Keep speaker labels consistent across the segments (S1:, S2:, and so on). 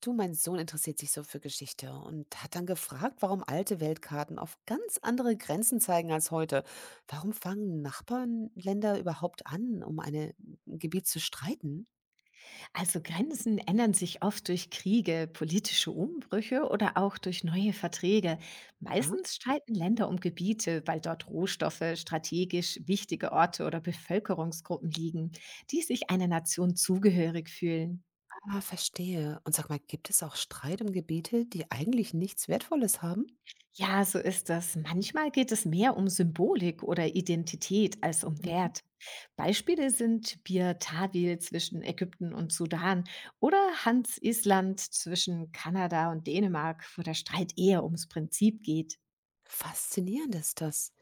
S1: Du, mein Sohn interessiert sich so für Geschichte und hat dann gefragt, warum alte Weltkarten auf ganz andere Grenzen zeigen als heute. Warum fangen Nachbarländer überhaupt an, ein Gebiet zu streiten?
S2: Also Grenzen ändern sich oft durch Kriege, politische Umbrüche oder auch durch neue Verträge.
S1: Ja.
S2: Meistens streiten Länder um Gebiete, weil dort Rohstoffe, strategisch wichtige Orte oder Bevölkerungsgruppen liegen, die sich einer Nation zugehörig fühlen.
S1: Ah, verstehe. Und sag mal, gibt es auch Streit um Gebiete, die eigentlich nichts Wertvolles haben?
S2: Ja, so ist das. Manchmal geht es mehr um Symbolik oder Identität als um
S1: Mhm.
S2: Wert. Beispiele sind Bir Tawil zwischen Ägypten und Sudan oder Hans Island zwischen Kanada und Dänemark, wo der Streit eher ums Prinzip geht.
S1: Faszinierend ist das.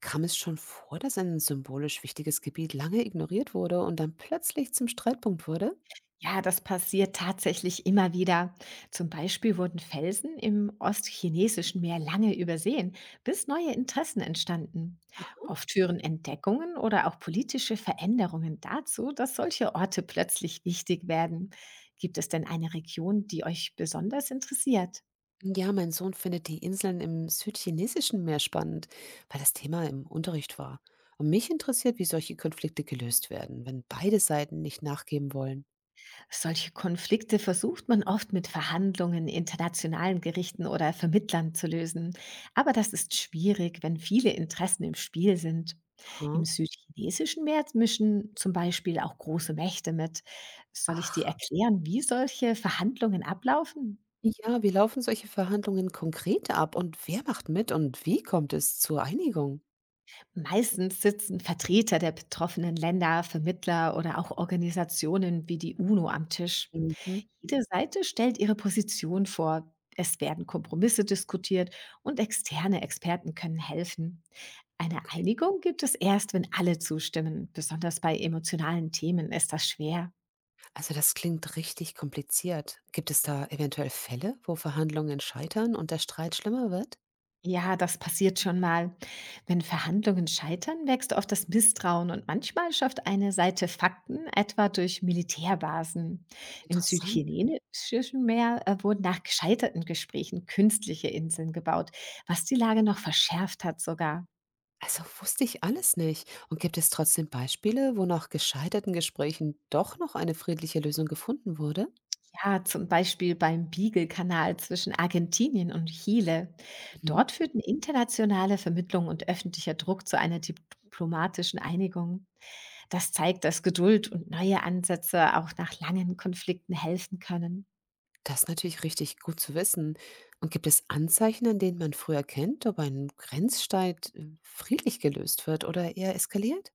S1: Kam es schon vor, dass ein symbolisch wichtiges Gebiet lange ignoriert wurde und dann plötzlich zum Streitpunkt wurde?
S2: Ja, das passiert tatsächlich immer wieder. Zum Beispiel wurden Felsen im ostchinesischen Meer lange übersehen, bis neue Interessen entstanden. Oft führen Entdeckungen oder auch politische Veränderungen dazu, dass solche Orte plötzlich wichtig werden. Gibt es denn eine Region, die euch besonders interessiert?
S1: Ja, mein Sohn findet die Inseln im südchinesischen Meer spannend, weil das Thema im Unterricht war. Und mich interessiert, wie solche Konflikte gelöst werden, wenn beide Seiten nicht nachgeben wollen.
S2: Solche Konflikte versucht man oft mit Verhandlungen, internationalen Gerichten oder Vermittlern zu lösen. Aber das ist schwierig, wenn viele Interessen im Spiel sind.
S1: Hm?
S2: Im südchinesischen Meer mischen zum Beispiel auch große Mächte mit. Soll ich dir
S1: Ach,
S2: erklären, wie solche Verhandlungen ablaufen?
S1: ja, wie laufen solche Verhandlungen konkret ab und wer macht mit und wie kommt es zur Einigung?
S2: Meistens sitzen Vertreter der betroffenen Länder, Vermittler oder auch Organisationen wie die UNO am Tisch.
S1: Mhm.
S2: Jede Seite stellt ihre Position vor. Es werden Kompromisse diskutiert und externe Experten können helfen. Eine
S1: Okay.
S2: Einigung gibt es erst, wenn alle zustimmen. Besonders bei emotionalen Themen ist das schwer.
S1: Also das klingt richtig kompliziert. Gibt es da eventuell Fälle, wo Verhandlungen scheitern und der Streit schlimmer wird?
S2: Ja, das passiert schon mal. Wenn Verhandlungen scheitern, wächst oft das Misstrauen und manchmal schafft eine Seite Fakten, etwa durch Militärbasen. Im
S1: Interessant.
S2: südchinesischen Meer wurden nach gescheiterten Gesprächen künstliche Inseln gebaut, was die Lage noch verschärft hat sogar.
S1: Also wusste ich alles nicht. Und gibt es trotzdem Beispiele, wo nach gescheiterten Gesprächen doch noch eine friedliche Lösung gefunden wurde?
S2: Ja, zum Beispiel beim Beagle-Kanal zwischen Argentinien und Chile. Dort
S1: Mhm.
S2: führten internationale Vermittlung und öffentlicher Druck zu einer diplomatischen Einigung. Das zeigt, dass Geduld und neue Ansätze auch nach langen Konflikten helfen können.
S1: Das ist natürlich richtig gut zu wissen. Und gibt es Anzeichen, an denen man früher kennt, ob ein Grenzstreit friedlich gelöst wird oder eher eskaliert?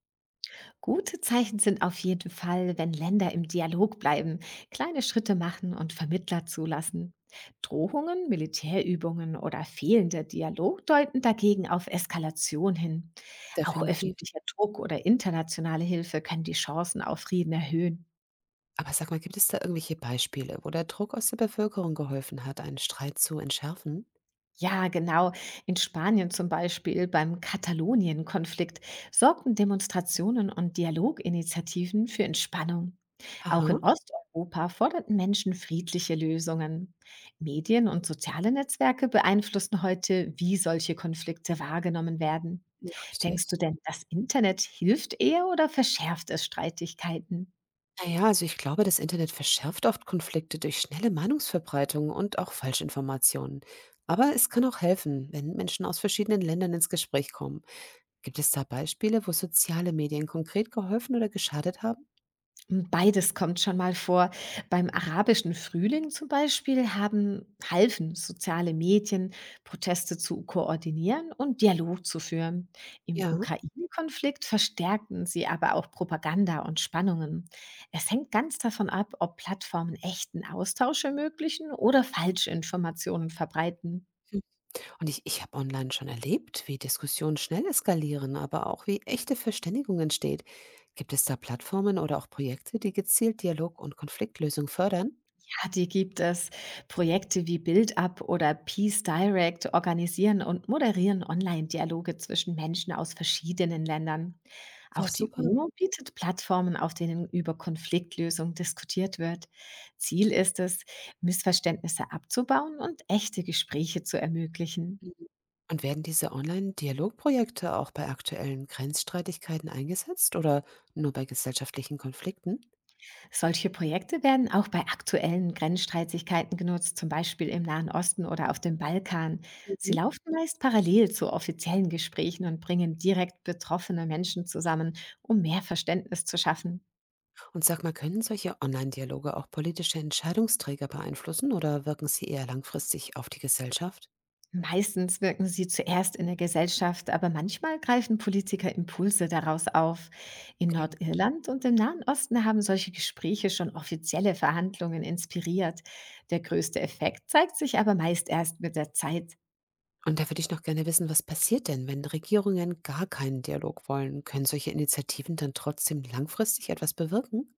S2: Gute Zeichen sind auf jeden Fall, wenn Länder im Dialog bleiben, kleine Schritte machen und Vermittler zulassen. Drohungen, Militärübungen oder fehlender Dialog deuten dagegen auf Eskalation hin. Auch
S1: Definitiv.
S2: öffentlicher Druck oder internationale Hilfe können die Chancen auf Frieden erhöhen.
S1: Aber sag mal, gibt es da irgendwelche Beispiele, wo der Druck aus der Bevölkerung geholfen hat, einen Streit zu entschärfen?
S2: Ja, genau. In Spanien zum Beispiel beim Katalonien-Konflikt sorgten Demonstrationen und Dialoginitiativen für Entspannung. Auch
S1: Aha,
S2: in Osteuropa forderten Menschen friedliche Lösungen. Medien und soziale Netzwerke beeinflussen heute, wie solche Konflikte wahrgenommen werden.
S1: ja, richtig.
S2: Denkst du denn, das Internet hilft eher oder verschärft es Streitigkeiten?
S1: Naja, also ich glaube, das Internet verschärft oft Konflikte durch schnelle Meinungsverbreitung und auch Falschinformationen. Aber es kann auch helfen, wenn Menschen aus verschiedenen Ländern ins Gespräch kommen. Gibt es da Beispiele, wo soziale Medien konkret geholfen oder geschadet haben?
S2: Beides kommt schon mal vor. Beim arabischen Frühling zum Beispiel haben halfen soziale Medien, Proteste zu koordinieren und Dialog zu führen. Im
S1: Ja.
S2: Ukraine-Konflikt verstärkten sie aber auch Propaganda und Spannungen. Es hängt ganz davon ab, ob Plattformen echten Austausch ermöglichen oder Falschinformationen verbreiten.
S1: Und ich habe online schon erlebt, wie Diskussionen schnell eskalieren, aber auch wie echte Verständigung entsteht. Gibt es da Plattformen oder auch Projekte, die gezielt Dialog und Konfliktlösung fördern?
S2: Ja, die gibt es. Projekte wie BuildUp oder Peace Direct organisieren und moderieren Online-Dialoge zwischen Menschen aus verschiedenen Ländern.
S1: Ja,
S2: Auch die
S1: super.
S2: UNO bietet Plattformen, auf denen über Konfliktlösung diskutiert wird. Ziel ist es, Missverständnisse abzubauen und echte Gespräche zu ermöglichen.
S1: Und werden diese Online-Dialogprojekte auch bei aktuellen Grenzstreitigkeiten eingesetzt oder nur bei gesellschaftlichen Konflikten?
S2: Solche Projekte werden auch bei aktuellen Grenzstreitigkeiten genutzt, zum Beispiel im Nahen Osten oder auf dem Balkan. Sie
S1: Mhm.
S2: laufen meist parallel zu offiziellen Gesprächen und bringen direkt betroffene Menschen zusammen, um mehr Verständnis zu schaffen.
S1: Und sag mal, können solche Online-Dialoge auch politische Entscheidungsträger beeinflussen oder wirken sie eher langfristig auf die Gesellschaft?
S2: Meistens wirken sie zuerst in der Gesellschaft, aber manchmal greifen Politiker Impulse daraus auf. In
S1: Okay.
S2: Nordirland und im Nahen Osten haben solche Gespräche schon offizielle Verhandlungen inspiriert. Der größte Effekt zeigt sich aber meist erst mit der Zeit.
S1: Und da würde ich noch gerne wissen, was passiert denn, wenn Regierungen gar keinen Dialog wollen? Können solche Initiativen dann trotzdem langfristig etwas bewirken?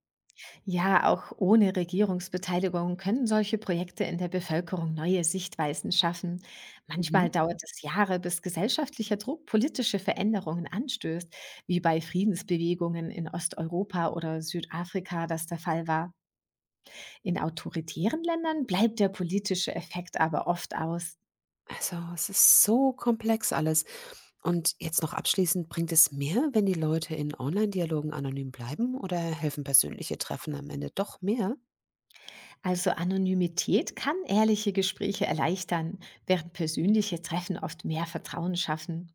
S2: Ja, auch ohne Regierungsbeteiligung können solche Projekte in der Bevölkerung neue Sichtweisen schaffen. Manchmal
S1: Mhm.
S2: dauert es Jahre, bis gesellschaftlicher Druck politische Veränderungen anstößt, wie bei Friedensbewegungen in Osteuropa oder Südafrika das der Fall war. In autoritären Ländern bleibt der politische Effekt aber oft aus.
S1: Also, es ist so komplex alles. Und jetzt noch abschließend, bringt es mehr, wenn die Leute in Online-Dialogen anonym bleiben oder helfen persönliche Treffen am Ende doch mehr?
S2: Also Anonymität kann ehrliche Gespräche erleichtern, während persönliche Treffen oft mehr Vertrauen schaffen.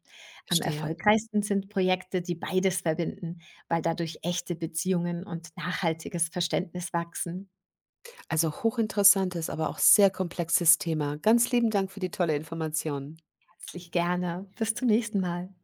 S2: Am
S1: Verstehe.
S2: erfolgreichsten sind Projekte, die beides verbinden, weil dadurch echte Beziehungen und nachhaltiges Verständnis wachsen.
S1: Also hochinteressantes, aber auch sehr komplexes Thema. Ganz lieben Dank für die tolle Information.
S2: Herzlich gerne. Bis zum nächsten Mal.